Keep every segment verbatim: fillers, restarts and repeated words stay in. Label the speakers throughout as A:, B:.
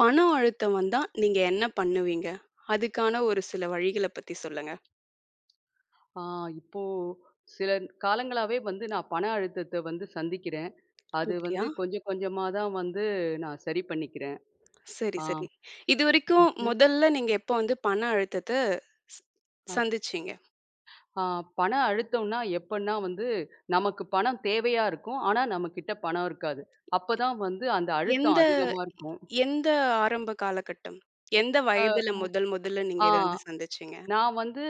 A: பண அழுத்தம் வந்தா நீங்க என்ன பண்ணுவீங்க? அதுக்கான ஒரு சில வழிகள பத்தி சொல்லுங்க.
B: ஆ இப்போ சில காலங்களாவே வந்து நான் பண அழுத்தத்த வந்து சந்திக்கிறேன். அது
A: அப்படியா?
B: வந்து கொஞ்சம் கொஞ்சமா தான் வந்து நான் சரி பண்ணிக்கிறேன்.
A: சரி,
B: ஆ,
A: சரி. இதுவரைக்கும்
B: ம்.
A: முதல்ல நீங்க எப்போ வந்து பண அழுத்தத்த ஸ்
B: அ,
A: சந்திச்சீங்க?
B: ஆ பண அழுத்தம்னா எப்பன்னா வந்து நமக்கு பணம் தேவையா இருக்கும். ஆனா நம்மகிட்ட பணம் இருக்காது. அப்பதான் வந்து அந்த அழுத்தம்
A: எந்த
B: அதிகமா இருக்கும்.
A: எந்த ஆரம்ப காலகட்டம்? எந்த
B: அ,
A: வயதுல முதல் முதல்ல நீங்க
B: ஆ
A: இத வந்து சந்திச்சீங்க?
B: நான் வந்து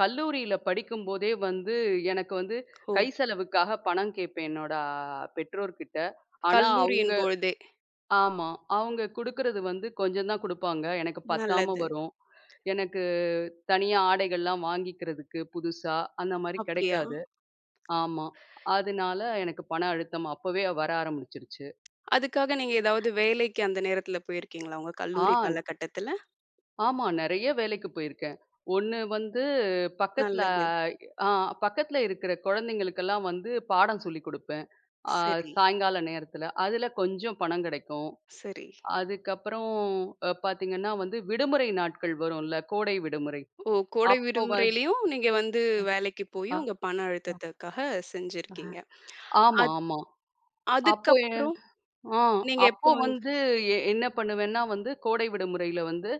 B: கல்லூரியில படிக்கும்போதே வந்து எனக்கு வந்து கை
A: ஓ!
B: செலவுக்காக பணம் கேட்பேன் என்னோட பெற்றோர்கிட்ட. ஆனா அவங்க
A: கல்லூரியின் பொழுதே.
B: ஆமா. அவங்க குடுக்குறது வந்து கொஞ்சம் தான் குடுப்பாங்க. எனக்கு பத்தாம
A: நல்லது.
B: வரும். எனக்கு தனியா ஆடைகள்லாம் வாங்கிக்கிறதுக்கு புதுசா, அந்த மாரி
A: அப்படியா?
B: கிடைக்காது. ஆமா. அதனால எனக்கு பண அழுத்தம் அப்பவே வர ஆரம்பிச்சுருச்சு.
A: அதுக்காக நீங்க ஏதாவது வேலைக்கு அந்த நேரத்துல போயிருக்கீங்களா? உங்க
B: ஆ,
A: கல்லூரி காலகட்டத்துல?
B: ஆமா. நெறைய வேலைக்கு போயிருக்கேன். ஒண்ணு வந்து பக்கத்துல
A: நல்லது.
B: ஆ பக்கத்துல இருக்கிற குழந்தைங்களுக்கெல்லாம் வந்து பாடம் சொல்லிக் குடுப்பேன். ஆ
A: சரி,
B: சாயங்கால நேரத்துல. அதுல கொஞ்சம் பணம் கிடைக்கும்.
A: சரி.
B: அதுக்கப்புறம் அ பார்த்தீங்கன்னா வந்து, விடுமுறை நாட்கள் வரும்ல, கோடை விடுமுறை.
A: ஓ! கோடை
B: அப்போ வ
A: விடுமுறையிலயும் நீங்க வந்து வேலைக்கு போய்
B: அ
A: உங்க பண அழுத்தத்துக்காக செஞ்சிருக்கீங்க.
B: ஆமா,
A: அத்
B: ஆமா. அப்போ எ
A: அதுக்கப்புறம்
B: ஆ
A: நீங்க
B: அப்போ
A: எப்போ வந்து
B: வந்து எ என்ன பண்ணுவேன்னா வந்து, கோடை விடுமுறையில வந்து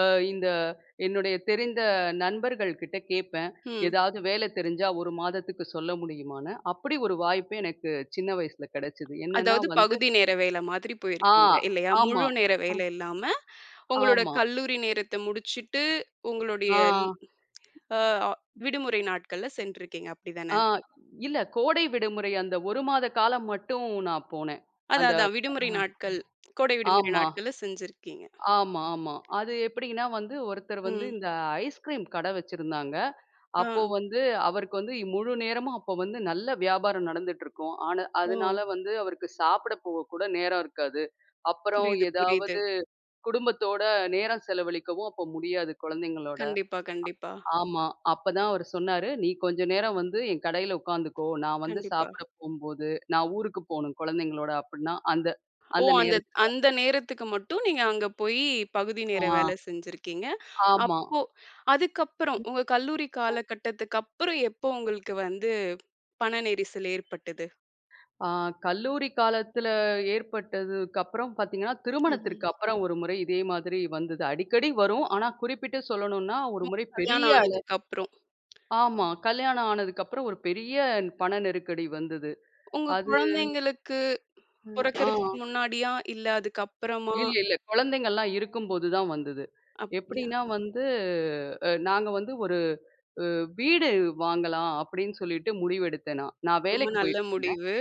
B: அ இந்த என்னுடைய தெரிந்த நண்பர்கள் கிட்ட கேட்பேன்.
A: ம்.
B: ஏதாவது வேலை தெரிஞ்சா ஒரு மாதத்துக்கு சொல்ல முடியுமான்னு. அப்படி ஒரு வாய்ப்பு எனக்கு சின்ன வயசுல கிடைச்சது. என்னன்னா
A: அதாவது
B: வந்து
A: பகுதி நேர வேல மாதிரி
B: ஆ,
A: போயிருக்கீங்க இல்லையா?
B: ஆமா.
A: முழு நேர
B: அ
A: வேலை இல்லாம, உங்களோட
B: ஆமா.
A: கல்லூரி நேரத்த முடிச்சுட்டு, உங்களுடைய
B: ஆ.
A: ல் அ அ விடுமுறை நாட்கள்ல சென்றிருக்கீங்க. அப்படிதானே?
B: ஆ, இல்ல கோடை விடுமுறை அந்த ஒரு மாத காலம் மட்டும் நான் போனேன்.
A: அதான்,
B: அந்த
A: அதான்
B: அ
A: விடுமுறை நாட்கள், கோடை விடுமுறை
B: ஆமா,
A: நாட்கள்ல செஞ்சிருக்கீங்க.
B: ஆமா, ஆமா. அது எப்படின்னா வந்து ஒருத்தர் வந்து
A: ம்.
B: இந்த ஐஸ்கிரீம் கடை வச்சிருந்தாங்க.
A: ஆ.
B: அப்போ வந்து அவருக்கு வந்து இ- முழு நேரமும் அப்போ வந்து நல்ல வியாபாரம் நடந்துட்டு இருக்கும். ஆனா
A: ஓ!
B: அதனால வந்து அவருக்கு சாப்பிட போக கூட நேரம் இருக்காது. அப்புறம்
A: புரியுது, புரியுது.
B: ஏதாவது குடும்பத்தோட நேரம் செலவழிக்கவும் அப்போ முடியாது குழந்தைங்களோட.
A: கண்டிப்பா, கண்டிப்பா,
B: ஆமா. அப்பதான் அவரு சொன்னாரு, "நீ கொஞ்ச நேரம் வந்து என் கடையில உட்காந்துக்கோ. நான் வந்து
A: கண்டிப்பா.
B: சாப்பிட போம்போது, நான் ஊருக்கு போணும் குழந்தைங்களோட" அப்டின்னா, அந்த
A: ஓ!
B: அந்த
A: அந்த
B: நேரத்து
A: அந்த நேரத்துக்கு மட்டும் நீங்க அங்க போய் பகுதி
B: ஆ
A: நேர வேலை செஞ்சிருக்கீங்க.
B: ஆமா.
A: அப்போ அதுக்கப்புறம் உங்க கல்லூரி காலகட்டத்துக்கு அப்புறம் எப்போ உங்களுக்கு வந்து பண நெரிசல் ஏற்பட்டது?
B: ஆ கல்லூரி காலத்துல ஏற்பட்டதுக்கு அப்புறம் பார்த்தீங்கன்னா, திருமணத்திற்கு
A: ம்.
B: அப்புறம் ஒரு முறை இதே மாதிரி வந்தது. அடிக்கடி வரும். ஆனா குறிப்பிட்டு சொல்லணும்னா, ஒரு முறை பெரிய
A: கல்யாணம்
B: அள
A: ஆனதுக்கப்புறம்.
B: ஆமா. கல்யாணம் ஆனதுக்கு அப்புறம் ஒரு பெரிய பண நெருக்கடி வந்தது.
A: உங்க
B: அது
A: குழந்தைங்களுக்கு
B: ஆ.
A: பொறக்கறதுக்கு முன்னாடியா? இல்ல அதுக்கப்புறமா?
B: இல்ல, இல்ல. குழந்தைங்கள்லாம் இருக்கும்போது தான் வந்தது.
A: அப்படியா?
B: எப்படின்னா வந்து, அ நாங்க வந்து ஒரு அ வீடு வாங்கலாம் அப்படின்னு சொல்லிட்டு முடிவெடுத்தேன் நான். நான்
A: ரொம்ப
B: வேலைக்கு
A: நல்ல
B: போயிட்டுருந்தேன்.
A: முடிவு.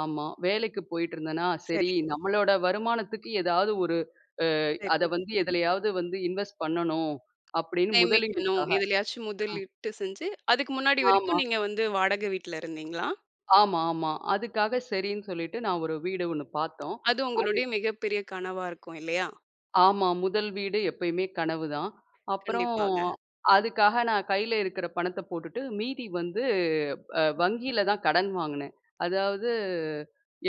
B: ஆமா. வேலைக்கு போயிட்டுருந்தேனா, சரி
A: சரி,
B: நம்மளோட வருமானத்துக்கு ஏதாவது ஒரு அ அத
A: சரி.
B: வந்து எதுலயாவது வந்து இன்வெஸ்ட் பண்ணணும் அப்படின்னு
A: சேமிக்கணும்.
B: முதலீடுக்காக
A: எதுலயாச்சும் முதலீட்டு செஞ்சு, அதுக்கு முன்னாடி
B: ஆமா,
A: வரைக்கும் நீங்க வந்து வாடகை வீட்ல இருந்தீங்களா?
B: ஆமா, ஆமா. அதுக்காக சரின்னு சொல்லிட்டு நான் ஒரு வீடு ஒண்ணு பார்த்தோம்.
A: அது
B: அது
A: உங்களுடைய மிகப்பெரிய கனவா இருக்கும் இல்லையா?
B: ஆமா. முதல் வீடு எப்பயுமே கனவு தான். அப்புறம்
A: கண்டிப்பாக.
B: அதுக்காக நான் கையில இருக்கிற பணத்த போட்டுட்டு, மீதி வந்து அ வங்கியில தான் கடன் வாங்குனேன். அதாவது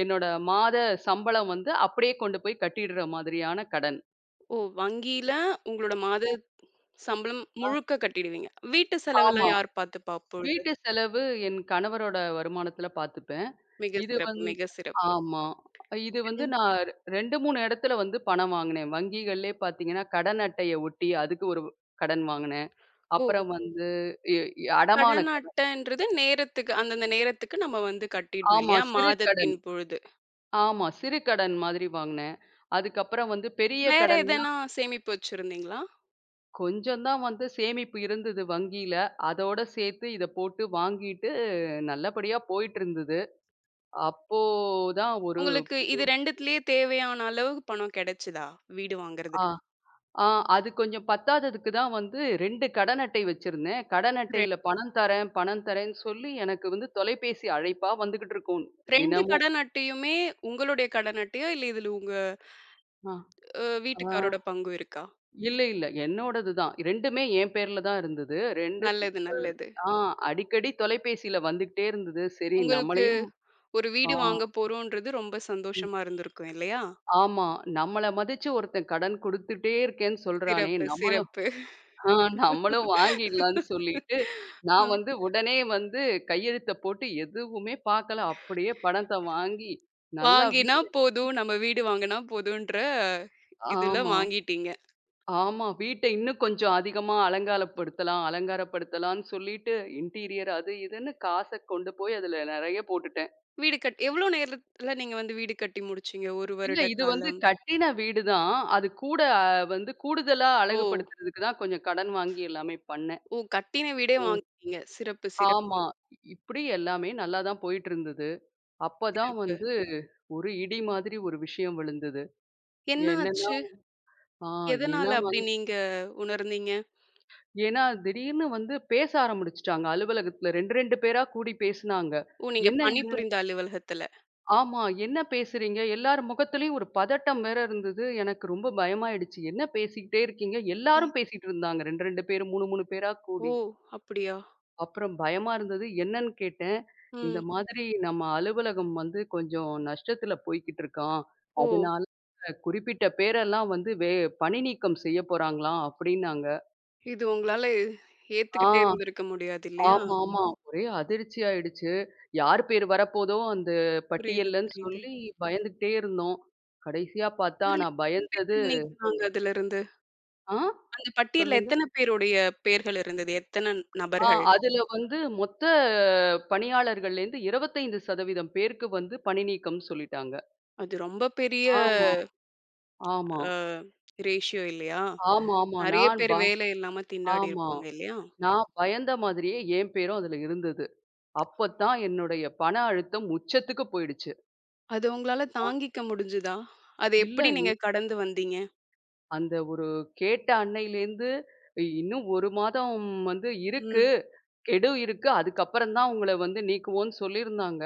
B: என்னோட மாத சம்பளம் வந்து அப்படியே கொண்டு போய் கட்டிடுற மாதிரியான கடன்.
A: ஓ! வங்கியில உங்களோட மாத சம்பளம்
B: ஆ.
A: முழுக்க கட்டிடுவீங்க. வீட்டு
B: ஆமா.
A: செலவெல்லாம் யார் பார்த்துப்பா அப்பொழுது?
B: வீட்டு செலவு என் கணவரோட வருமானத்துல பார்த்துப்பேன்.
A: மிக
B: இது
A: சிறப்பு,
B: வந்
A: மிக சிறப்பு.
B: ஆமா. இது வந்து
A: ம்.
B: நான் ரெண்டு, மூணு இடத்துல வந்து பணம் வாங்குனேன். வங்கிகள்லயே பார்த்தீங்கன்னா, கடன் அட்டைய ஒட்டி அதுக்கு ஒரு கடன் வாங்குனேன்.
A: ஓ!
B: அப்புறம் வந்து எ அடமான
A: கடன்
B: கடன்.
A: அட்டைன்றது நேரத்துக்கு அந்தந்த நேரத்துக்கு நம்ம வந்து கட்டிடணும்
B: ஆமா
A: இல்லையா?
B: சிறு கடன்.
A: மாதத்தின் பொழுது.
B: ஆமா சிறு கடன் மாதிரி வாங்குனேன். அதுக்கப்புறம் வந்து பெரிய
A: வேற
B: கடன்னா
A: எதனா சேமிப்பு வச்சிருந்தீங்களா?
B: கொஞ்சம் தான் வந்து சேமிப்பு இருந்தது வங்கியில. அதோட சேர்த்து இத போட்டு வாங்கிட்டு நல்லபடியா போயிட்டு இருந்தது. அப்போ தான் ஒரு
A: உங்களுக்கு இது 2த்துலயே தேவையான அளவு பணம் கிடைச்சதா? வீடு
B: ஆ.
A: வாங்குறதுக்கு?
B: ஆ அது கொஞ்சம் பத்தாததுக்கு தான் வந்து ரெண்டு கடன் அட்டை வச்சிருந்தேன். கடன்
A: ரெ
B: அட்டையில பணம் தரேன், பணம் தரேன்னு சொல்லி எனக்கு வந்து தொலைபேசி அழைப்பா வந்துகிட்டு இருக்கும்
A: ரெண்டுத்துலயே
B: தினமும்.
A: கடன் அட்டையுமே உங்களுடைய கடன் அட்டையா? இல்ல இதுல உங்க
B: ஆ
A: அ
B: ஆ
A: வீட்டுக்காரோட பங்கு இருக்கா?
B: இல்ல, இல்ல. என்னோடது தான். 2மே என் பேர்ல தான் இருந்தது. 2
A: நல்லது, நல்லது.
B: ஆ அடிக்கடி தொலைபேசியில வந்துகிட்டே இருந்தது. சரி
A: உங்களுக்கு
B: நம்மளையும்
A: ஒரு
B: ஆ
A: வீடு வாங்க போறோம்ன்றது ரொம்ப
B: ம்.
A: சந்தோஷமா இருந்திருக்கும் இல்லையா?
B: ஆமா. நம்மள மதிச்சு ஒருத்தன் கடன் குடுத்துட்டே இருக்கேன்னு சொல்றானே!
A: சிறப்பு,
B: நம்மளும்
A: சிறப்பு.
B: ஆ நம்மளும் வாங்கிடலான்னு சொல்லிட்டு, நான்
A: அ.
B: வந்து உடனே வந்து கையெழுத்த போட்டு எதுவுமே பார்க்கல. அப்படியே பணத்த வாங்கி நல்லா வீ
A: வாங்கினா போதும், நம்ம வீடு வாங்குனா போதுன்ற இதுல
B: ஆமா,
A: வாங்கிட்டீங்க.
B: ஆமா. வீட்ட இன்னும் கொஞ்சம் அதிகமா அலங்காலப்படுத்தலாம், அலங்காரப்படுத்தலான்னு சொல்லிட்டு இன்டீரியர் அது இதுன்னு காச கொண்டு போய் அதுல நெறைய போட்டுட்டேன்.
A: வீடு கட் எவ்வளோ நேரத்துல நீங்க வந்து வீடு கட்டி முடிச்சீங்க? ஒரு
B: இல்ல
A: வருட
B: இது வந்து
A: காலம்.
B: கட்டின வீடு தான். அது கூட அஹ், வந்து கூடுதலா
A: ஓ!
B: அழகுபடுத்துறதுக்கு தான் கொஞ்சம் கடன் வாங்கி எல்லாமே பண்ணேன்.
A: ஓ! கட்டின வீடே
B: ஓ!
A: வாங்கிட்டீங்க. சிறப்பு, சிறப்பு,
B: ஆமா. இப்டி எல்லாமே நல்லா தான் போயிட்டு இருந்தது. அப்பதான்
A: சிறப்பு.
B: வந்து ஒரு இடி மாதிரி ஒரு விஷயம் விழுந்தது.
A: என்ன
B: என்னன்னா
A: ஆச்சு?
B: ஆ
A: எதனால
B: ஏன்னா
A: அப்படி
B: வந்து
A: நீங்க உணர்ந்தீங்க?
B: ஏன்னா திடீர்னு வந்து பேச ஆரம்பிச்சுட்டாங்க அலுவலகத்துல. ரெண்டு, ரெண்டு பேரா கூடி பேசுனாங்க.
A: ஓ! நீங்க
B: என்ன என்ன
A: பணிபுரிந்த அலுவலகத்துல.
B: ஆமா. என்ன பேசுறீங்க? எல்லார் முகத்துலயும் ஒரு பதட்டம் வேற இருந்தது. எனக்கு ரொம்ப பயமாயிடுச்சு. என்ன பேசிக்கிட்டே இருக்கீங்க?
A: ஏ,
B: எல்லாரும் பேசிட்டு இருந்தாங்க. ரெண்டு, ரெண்டு பேரு, மூணு, மூணு பேரா
A: ஓ!
B: கூடி.
A: அப்படியா?
B: அப்புறம் பயமா இருந்தது. என்னன்னு கேட்டேன். இந்த
A: ம்.
B: ம். மாதிரி நம்ம அலுவலகம் வந்து கொஞ்சம் நஷ்டத்துல போய்க்கிட்டு இருக்கான்.
A: ஓ!
B: அதனால குறிப்பிட்ட பேரெல்லாம் வந்து வே பணி நீக்கம் செய்ய போறாங்களாம் அப்டின்னாங்க.
A: இது உங்களால
B: ஆ
A: ஏத்துக்கிட்டே இருந்திருக்க முடியாது இல்லையா?
B: ஆமா, ஆமா. ஒரே அதிர்ச்சி ஆயிடுச்சு. யார் பேர் வரப்போதோ அந்த
A: புரியுது,
B: பட்டியல்லன்னு
A: புரியுது.
B: சொல்லி பயந்துகிட்டே இருந்தோம். கடைசியா பார்த்தா
A: அதுல
B: நான்
A: எத்தன
B: பயந்தது
A: பேர் நீக்குனாங்க அதுலருந்து?
B: ஆ
A: அந்த பட்டியல்ல
B: சொல்லுங்க.
A: எத்தன பேருடைய பெயர்கள் இருந்தது? எத்தன
B: ஆ
A: நபர்கள்?
B: அதுல வந்து மொத்த பணியாளர்கள்லேருந்து இருபத்தி ஐந்து சதவீதம் பேருக்கு வந்து பணி நீக்கம்னு சொல்லிட்டாங்க.
A: அது ரொம்ப பெரிய
B: ஆமா. ஆமா.
A: அ ரேஷியோ இல்லையா?
B: ஆமாமா.
A: நெறைய
B: நான்
A: பேர்
B: ப
A: வேலை இல்லாம திண்டாடி
B: ஆமா.
A: இருப்பாங்க இல்லையா?
B: நான் பயந்த மாதிரியே என் பேரும் அதுல இருந்தது. அப்பத்தான் என்னுடைய பண அழுத்தம் உச்சத்துக்கு போயிடுச்சு.
A: அது உங்களால
B: ஆ
A: தாங்கிக்க முடிஞ்சுதா? அத
B: இல்ல
A: எப்படி
B: இ
A: நீங்க கடந்து வந்தீங்க?
B: அந்த ஒரு கேட்ட அன்னையிலேருந்து இன்னும் ஒரு மாதம் வந்து இருக்கு. கெடு இருக்கு. அதுக்கப்புறம் தான் உங்கள வந்து நீக்குவோன்னு சொல்லியிருந்தாங்க.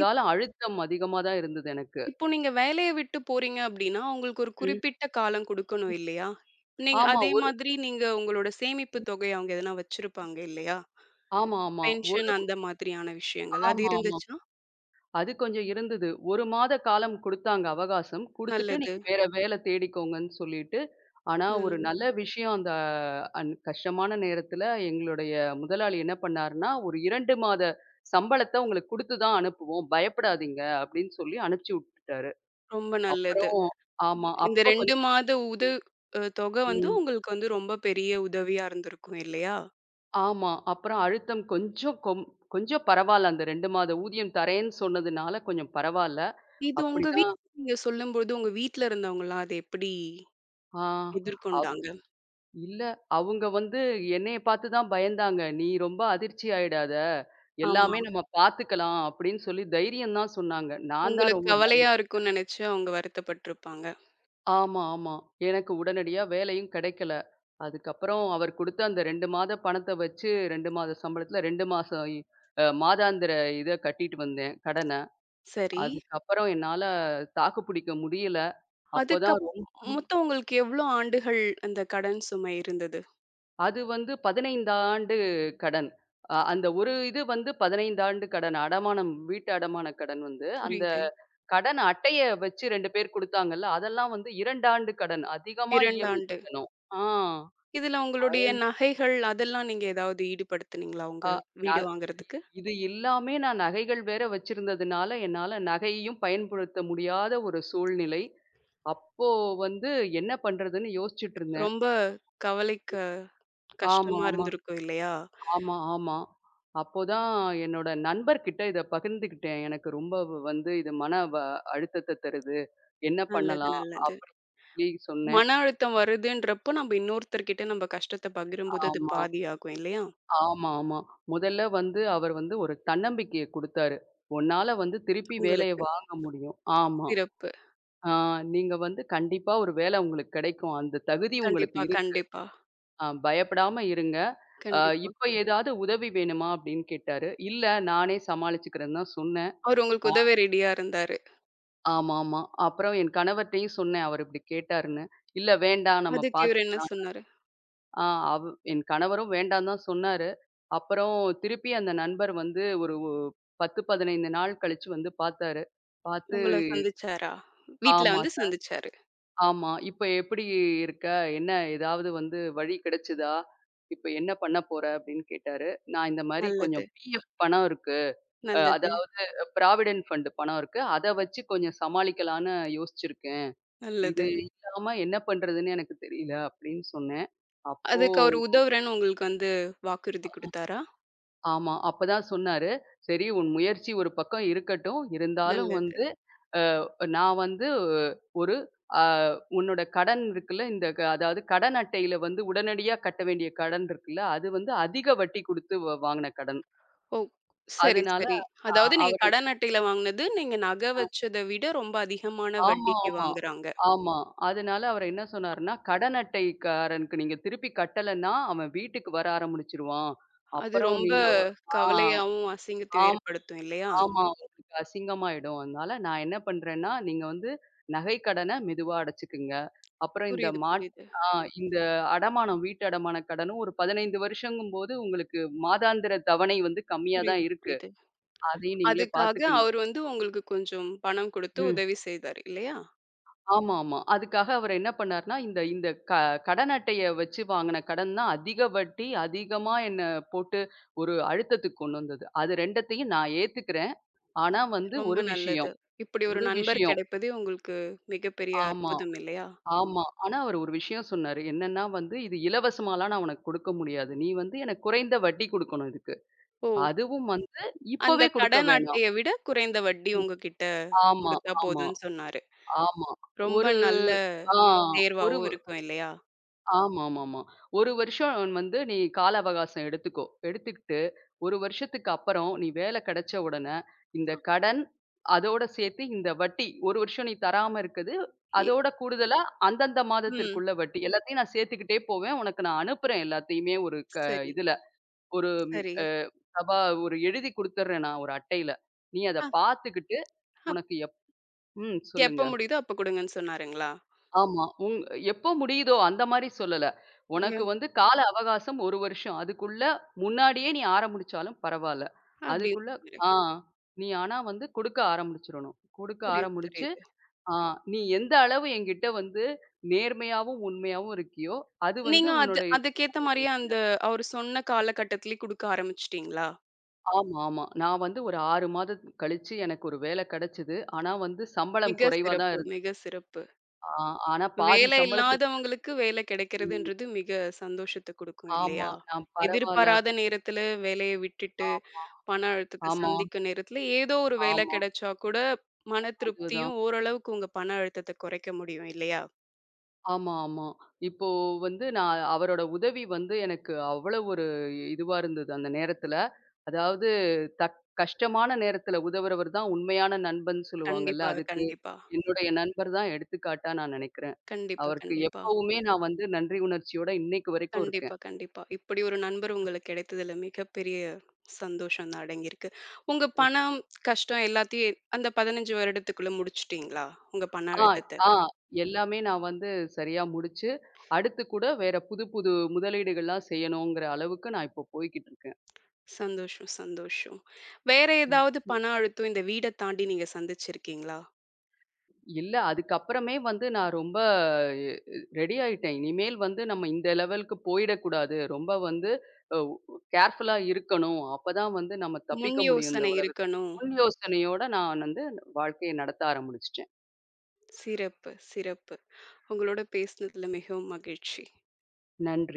A: ம்.
B: அழுத்தம் அதிகமா தான் இருந்தது எனக்கு.
A: இப்போ நீங்க வேலைய விட்டு போறீங்க அப்டின்னா, உங்களுக்கு ஒரு
B: ம்.
A: குறிப்பிட்ட காலம் குடுக்கணும் இல்லையா? நீங்க
B: ஆமா.
A: அதே
B: ஒரு
A: மாதிரி நீங்க உங்களோட சேமிப்பு தொகை அவங்க எதனா வச்சிருப்பாங்க இல்லையா?
B: ஆமாமா. ஒரு
A: பென்ஷன் அந்த மாதிரியான விஷயங்கள். அது
B: ஆமாமா.
A: இருந்துச்சா?
B: அது கொஞ்சம் இருந்தது. ஒரு மாத காலம் குடுத்தாங்க அவகாசம். குடுத்துட்டு
A: நல்லது,
B: நீங்க வேற வேலை தேடிக்கோங்கன்னு சொல்லிட்டு, ஆனா ஒரு நல்ல
A: நல்லது.
B: விஷயம் அந்த அன் கஷ்டமான நேரத்துல எங்களுடைய முதலாளி என்ன பண்ணாருன்னா, ஒரு இரண்டு மாத சம்பளத்த உங்களுக்கு குடுத்து தான் அனுப்புவோம். பயப்படாதீங்க அப்படின்னு சொல்லி அனுப்பிச்சு விட்டுட்டாரு.
A: ரொம்ப நல்லது.
B: அப்புறம் ஆமா.
A: இந்த
B: அப்ப
A: ரெண்டு
B: கொஞ்சம்
A: மாத உத அ தொகை வந்து
B: ம்.
A: உங்களுக்கு வந்து ரொம்ப பெரிய உதவியா இருந்திருக்கும் இல்லையா?
B: ஆமா. அப்புறம் அழுத்தம் கொஞ்சம் கொம் கொஞ்சம் பரவால்ல. அந்த ரெண்டு மாத ஊதியம் தரேன்னு சொன்னதுனால கொஞ்சம் பரவால்ல.
A: இது உங்க
B: அப்படிதான்
A: வீட்ல நீங்க சொல்லும்போது, உங்க வீட்ல இருந்தவங்கலாம் அத எப்படி
B: ஆ.
A: எதிர்கொண்டாங்க?
B: இல்ல. அவங்க வந்து என்னைய பார்த்து தான் பயந்தாங்க. "நீ ரொம்ப அதிர்ச்சி ஆயிடாத.
A: ஆமா.
B: எல்லாமே நம்ம பார்த்துக்கலாம்." அப்படின்னு சொல்லி தைரியம் தான் சொன்னாங்க. நான் தான்
A: உங்களுக்கு
B: ரொம்ப பயந்து
A: கவலையா இருக்கும்னு நெனச்சு அவங்க வருத்தப்பட்டுருப்பாங்க.
B: ஆமா, ஆமா. எனக்கு உடனடியா வேலையும் கிடைக்கல. அதுக்கப்புறம் அவர் குடுத்த அந்த ரெண்டு மாத பணத்த வச்சு ரெண்டு மாத சம்பளத்துல ரெண்டு மாசம் இ அ மாதாந்திர இத கட்டிட்டு வந்தேன், கடன.
A: சரி.
B: அதுக்கப்புறம் என்னால தாக்கு பிடிக்க முடியல. அப்பதான்
A: அதுக்கப்
B: ரொம்
A: மொத்தம் உங்களுக்கு எவ்ளோ ஆண்டுகள் அந்த கடன் சுமை இருந்தது?
B: அது வந்து பதினைந்து ஆண்டு கடன். அ அந்த ஒரு இது வந்து பதினைந்து ஆண்டு கடன். அடமானம் வீட்டு அடமான கடன் வந்து, அந்த
A: புரியுது.
B: கடன் அட்டைய வச்சு ரெண்டு பேர் குடுத்தாங்கல்ல, அதெல்லாம் வந்து ரெண்டு ஆண்டு கடன். அதிகமா
A: இரண்டு
B: இஎம்ஐ
A: ஆண்டு.
B: கட்டணும். ஆ.
A: இதுல உங்களுடைய நகைகள் அதெல்லாம் நீங்க ஏதாவது ஈடுபடுத்துனீங்களா?
B: அ
A: உங்க
B: ந
A: வீடு
B: இது
A: வாங்குறதுக்கு?
B: இது எல்லாமே நான் நகைகள் வேற வச்சிருந்ததுனால, என்னால நகையையும் பயன்படுத்த முடியாத ஒரு சூழ்நிலை. அப்போ வந்து என்ன பண்றதுன்னு யோசிச்சுட்டு இருந்தேன்.
A: ரொம்ப கவலைக்க கஷ்டமா
B: ஆமாமா.
A: இருந்திருக்கும் இல்லையா?
B: ஆமா, ஆமா. அப்போதான் என்னோட நண்பர்கிட்ட இத பகிர்ந்துக்கிட்டேன். எனக்கு ரொம்ப வ வந்து இது மன வ அழுத்தத்த தருது. என்ன
A: நல்லது,
B: பண்ணலாம்?
A: நல்லது.
B: அப்படி சொல்லி சொன்னேன்.
A: மன அழுத்தம் வருதுன்றப்போ நம்ம இன்னொருத்தர்கிட்ட நம்ம கஷ்டத்த பகிரும்போது அது
B: ஆமா,
A: பாதி ஆகும் இல்லையா?
B: ஆமா, ஆமா. முதல்ல வந்து அவர் வந்து ஒரு தன்னம்பிக்கைய குடுத்தாரு. உன்னால வந்து திருப்பி வேலைய
A: உங்களுக்கு.
B: வாங்க முடியும். ஆமா.
A: சிறப்பு.
B: ஆ நீங்க வந்து கண்டிப்பா ஒரு வேல உங்களுக்கு கிடைக்கும். அந்த தகுதி உங்களுக்கு
A: கண்டிப்பா,
B: இருக்கு.
A: கண்டிப்பா,
B: ஆ பயப்படாம இருங்க. ஆ
A: கண்டிப்பா.
B: இப்ப ஏதாவது உதவி வேணுமா? அப்படின்னு கேட்டாரு. இல்ல நானே சமாளிச்சுக்கிறேன்னு தான் சொன்னேன்.
A: அவரு உங்களுக்கு உதவ ரெடியா இருந்தாரு.
B: ஆமாமா. அப்புறம் என் கணவர்ட்டயும் சொன்னேன். அவரு இப்படி கேட்டாருன்னு. "இல்ல வேண்டாம் நம்ம
A: அதுக்கு இவரு என்ன
B: பார்த்துக்கலாம்."
A: சொன்னாரு?
B: ஆ அவ் என் கணவரும் வேண்டான்னு தான் சொன்னாரு. அப்புறம் திருப்பி அந்த நண்பர் வந்து ஒரு ஒ பத்து, பதினைந்து நாள் கழிச்சு வந்து பார்த்தாரு. பார்த்து
A: உங்கள சந்திச்சாரா? வீட்ல
B: ஆமா
A: வந்து
B: சார்.
A: சந்திச்சாரு.
B: ஆமா. "இப்ப எப்படி இருக்க? என்ன ஏதாவது வந்து வழி கிடைச்சதா? இப்ப என்ன பண்ண போற?" அப்படின்னு கேட்டாரு. நான் இந்த மாரி
A: நல்லது,
B: கொஞ்சம் பிஎஃப் பணம் இருக்கு. அ
A: நல்லது,
B: அதாவது ப்ராவிடென்ட் ஃபண்ட் பணம் இருக்கு. அத வச்சு கொஞ்சம் சமாளிக்கலான்னு யோசிச்சிருக்கேன். இது
A: நல்லது.
B: இல்லாம என்ன பண்றதுன்னு எனக்கு தெரியல அப்படின்னு சொன்னேன். அப்போ
A: அதுக்கு அவரு உதவுறேன்னு உங்களுக்கு வந்து வாக்குறுதி குடுத்தாரா?
B: ஆமா. அப்பதான் சொன்னாரு, "சரி உன் முயற்சி ஒரு பக்கம் இருக்கட்டும். இருந்தாலும்
A: நல்லது.
B: வந்து நான் வந்து ஒரு அ உன்னோட கடன் இருக்குல்ல, இந்த க அதாவது கடன் அட்டையில வந்து உடனடியா கட்ட வேண்டிய கடன் இருக்குல்ல, அது வந்து அதிக வட்டி குடுத்து வ வாங்குன கடன்.
A: ஓ! சரி,
B: அதனால"
A: சரி.
B: அ
A: அதாவது நீங்க
B: அவரு
A: கடன் அட்டையில வாங்குனது, நீங்க நகை வச்சத விட ரொம்ப அதிகமான
B: ஆமா,
A: வட்டிக்கு
B: ஆமா.
A: வாங்குறாங்க.
B: ஆமா. அதனால அவரு என்ன சொன்னாருன்னா, கடன் அட்டைக்காரனுக்கு நீங்க திருப்பி கட்டலன்னா, அவன் வீட்டுக்கு வர ஆரம்பிச்சுருவான்.
A: அது
B: அப்புறம்
A: ரொம்ப
B: நீங்க ஆ
A: கவலையாவும், அசிங்கத்தையும்
B: ஆம்
A: ஏற்படுத்தும் இல்லையா?
B: ஆமா. உங்களுக்கு அசிங்கமாயிடும். அதனால நான் என்ன பண்றேன்னா, நீங்க வந்து நகை கடன மெதுவா அடைச்சுக்குங்க. அப்புறம் இந்த
A: புரியுது,
B: மாட்
A: புரியுது,
B: ஆ இந்த அடமானம், வீட்டு அடமான கடனும் ஒரு பதினைந்து வருஷங்கும்போது உங்களுக்கு மாதாந்திர தவணை வந்து கம்மியா தான்
A: புரியுது,
B: இருக்கு.
A: புரியுது.
B: அதையும் நீங்களே
A: அதுக்காக
B: பார்த்துக்குங்க.
A: அவரு வந்து உங்களுக்கு கொஞ்சம் பணம் குடுத்து
B: ம்.
A: உதவி செய்தார் இல்லையா?
B: ஆமா, ஆமா. அதுக்காக அவர் என்ன பண்ணாருன்னா, இந்த இந்த க கடன் அட்டைய வச்சு வாங்குன கடன் தான் அதிக வட்டி, அதிகமா என்ன போட்டு ஒரு அழுத்தத்துக்கு கொண்டு வந்தது. அது 2த்தையும் நான் ஏத்துக்கிறேன். ஆனா வந்து
A: ரொம்ப
B: ஒரு
A: நல்லது.
B: விஷயம்
A: இப்படி ஒரு
B: ஒரு
A: நண்பர்
B: விஷயம்.
A: கிடைப்பதே உங்களுக்கு மிகப்பெரிய
B: ஆமா,
A: அற்புதம் இல்லையா?
B: ஆமா. ஆனா அவர் ஒரு விஷயம் சொன்னாரு. என்னன்னா வந்து, "இது இலவசமாலாம் நான் உனக்கு குடுக்க முடியாது. நீ வந்து எனக்கு குறைந்த வட்டி குடுக்கணும் இதுக்கு.
A: ஓ!
B: அதுவும் வந்து
A: அந்த
B: இப்பவே குடுக்க
A: கடன்
B: வேணாம்."
A: அட்டைய விட குறைந்த வட்டி உங்ககிட்ட
B: ஆமா,
A: குடுத்தா
B: ஆமா,
A: போதும்ன்னு சொன்னாரு.
B: ஆமா.
A: ரொம்ப
B: ஒரு
A: நல்ல
B: ஆ ஒரு
A: தேர்வாவும் இருக்கும் இல்லையா?
B: ஆமாமாமா. ஒரு வருஷம் வந்து நீ கால அவகாசம் எடுத்துக்கோ. எடுத்துக்கிட்டு ஒரு வருஷத்துக்கு அப்புறம் நீ வேலை கிடைச்ச உடனே, இந்த கடன், அதோட சேர்த்து இந்த வட்டி ஒரு வருஷம் நீ தராம இருக்குது.
A: எ
B: அதோட கூடுதலா அந்தந்த
A: ம்.
B: மாதத்திற்குள்ள வட்டி. எல்லாத்தையும் நான் சேர்த்துக்கிட்டே போவேன். உனக்கு நான் அனுப்புறேன் எல்லாத்தையுமே ஒரு க
A: சரி,
B: இதுல. ஒரு
A: சரி.
B: அ சபா ஒரு எழுதி குடுத்துர்றேன் நான் ஒரு அட்டையில. நீ அத
A: அ
B: பார்த்துக்கிட்டு
A: அப்
B: உனக்கு எப் ம்
A: எப்ப
B: சொல்லுங்க.
A: முடியுதோ அப்ப குடுங்கன்னு சொன்னாருங்களா?
B: ஆமா. உங் எப்போ முடியுதோ அந்த மாரி சொல்லல.
A: நீங்க
B: உனக்கு வந்து கால அவகாசம் ஒரு வருஷம். அதுக்குள்ள முன்னாடியே நீ ஆரம்பிச்சாலும் பரவால்ல.
A: அப்படி
B: அதுக்குள்ள
A: சொன்னாரு.
B: ஆ நீ ஆனா வந்து குடுக்க ஆரம்பிச்சுரணும். குடுக்க
A: புரியுது,
B: ஆரம்பிச்சு,
A: புரியுது.
B: ஆ நீ எந்த அளவு என்கிட்ட வந்து நேர்மையாவும், உண்மையாவும் இருக்கியோ, அது வந்து
A: நீங்க அது
B: உன்னுடைய
A: அதுக்கேத்த மாரியே அந்த அவரு சொன்ன காலகட்டத்திலேயே குடுக்க ஆரம்பிச்சுட்டீங்களா?
B: ஆமா, ஆமா. நான் வந்து ஒரு ஆறு மாதம் கழிச்சு எனக்கு ஒரு வேல கெடைச்சது. ஆனா வந்து சம்பளம்
A: மிக
B: குறைவா தான்
A: சிறப்பு,
B: இருந்தது.
A: மிக சிறப்பு.
B: ஆ ஆனா பாதி
A: வேலை
B: சம்பளத்துக்கு
A: இல்லாதவங்களுக்கு வேலை
B: ம்.
A: கிடைக்கிறதுன்றது மிக சந்தோஷத்த குடுக்கும்
B: ஆமா.
A: இல்லையா?
B: நான் பரவால்ல.
A: எதிர்பாராத நேரத்துல வேலைய விட்டுட்டு,
B: ஆமா.
A: பண அழுத்தத்த
B: ஆமா,
A: சந்திக்கும் நேரத்துல, ஏதோ ஒரு வேலை
B: ஆமா.
A: கிடைச்சா கூட மன
B: அதுதான்.
A: திருப்தியும், ஓரளவுக்கு உங்க பண அழுத்தத்த குறைக்க முடியும் இல்லையா?
B: ஆமா, ஆமா. இப்போ வந்து நான் அவரோட உதவி வந்து எனக்கு அவ்வளவு ஒரு இதுவா இருந்தது அந்த நேரத்துல. அதாவது தக் கஷ்டமான நேரத்துல உதவுறவர் தான் உண்மையான நண்பன்னு சொல்லுவாங்கல்ல.
A: கண்டிப்பா,
B: அதுக்கு
A: கண்டிப்பா.
B: என்னுடைய நண்பர் தான் எடுத்துக்காட்டா நான் நினைக்கிறேன்.
A: கண்டிப்பா,
B: அவருக்கு
A: கண்டிப்பா.
B: எப்பவுமே நான் வந்து நன்றி உணர்ச்சியோட இன்னைக்கு வரைக்கும்
A: கண்டிப்பா,
B: இருக்கேன்.
A: கண்டிப்பா. இப்படி ஒரு நண்பர் உங்களுக்கு கிடைத்ததுல மிகப்பெரிய சந்தோஷம் தான் அடங்கியிருக்கு. உங்க பணம், கஷ்டம் எல்லாத்தையும் அந்த பதினைஞ்சு வருடத்துக்குள்ள முடிச்சுட்டீங்களா? உங்க பண
B: ஆ,
A: அழுத்தத்த?
B: ஆ எல்லாமே நான் வந்து சரியா முடிச்சு, அடுத்து கூட வேற புது புது முதலீடுகள்லாம் செய்யணுங்கிற அளவுக்கு நான் இப்போ போய்க்கிட்டு
A: சந்தோஷம், சந்தோஷம். வேற ஏதாவது
B: இருக்கேன்.
A: பண அழுத்தம் இந்த வீட தாண்டி நீங்க சந்திச்சிருக்கீங்களா?
B: இல்ல. அதுக்கப்புறமே வந்து நான் ரொம்ப எ ரெடி ஆயிட்டேன். இனிமேல் வந்து நம்ம இந்த லெவலுக்கு போயிடக்கூடாது. ரொம்ப வந்து அ கேர்ஃபுல்லா இருக்கணும். அப்பதான் வந்து நம்ம
A: முன்
B: தப்பிக்க முடியும் இந்த
A: யோசனை
B: உலகத்துல.
A: இருக்கணும்.
B: முன் யோசனையோட நான் வந்து வாழ்க்கைய நடத்த ஆரம்பிச்சுட்டேன்.
A: சிறப்பு, சிறப்பு. உங்களோட பேசினதுல மிகவும் மகிழ்ச்சி.
B: நன்றி.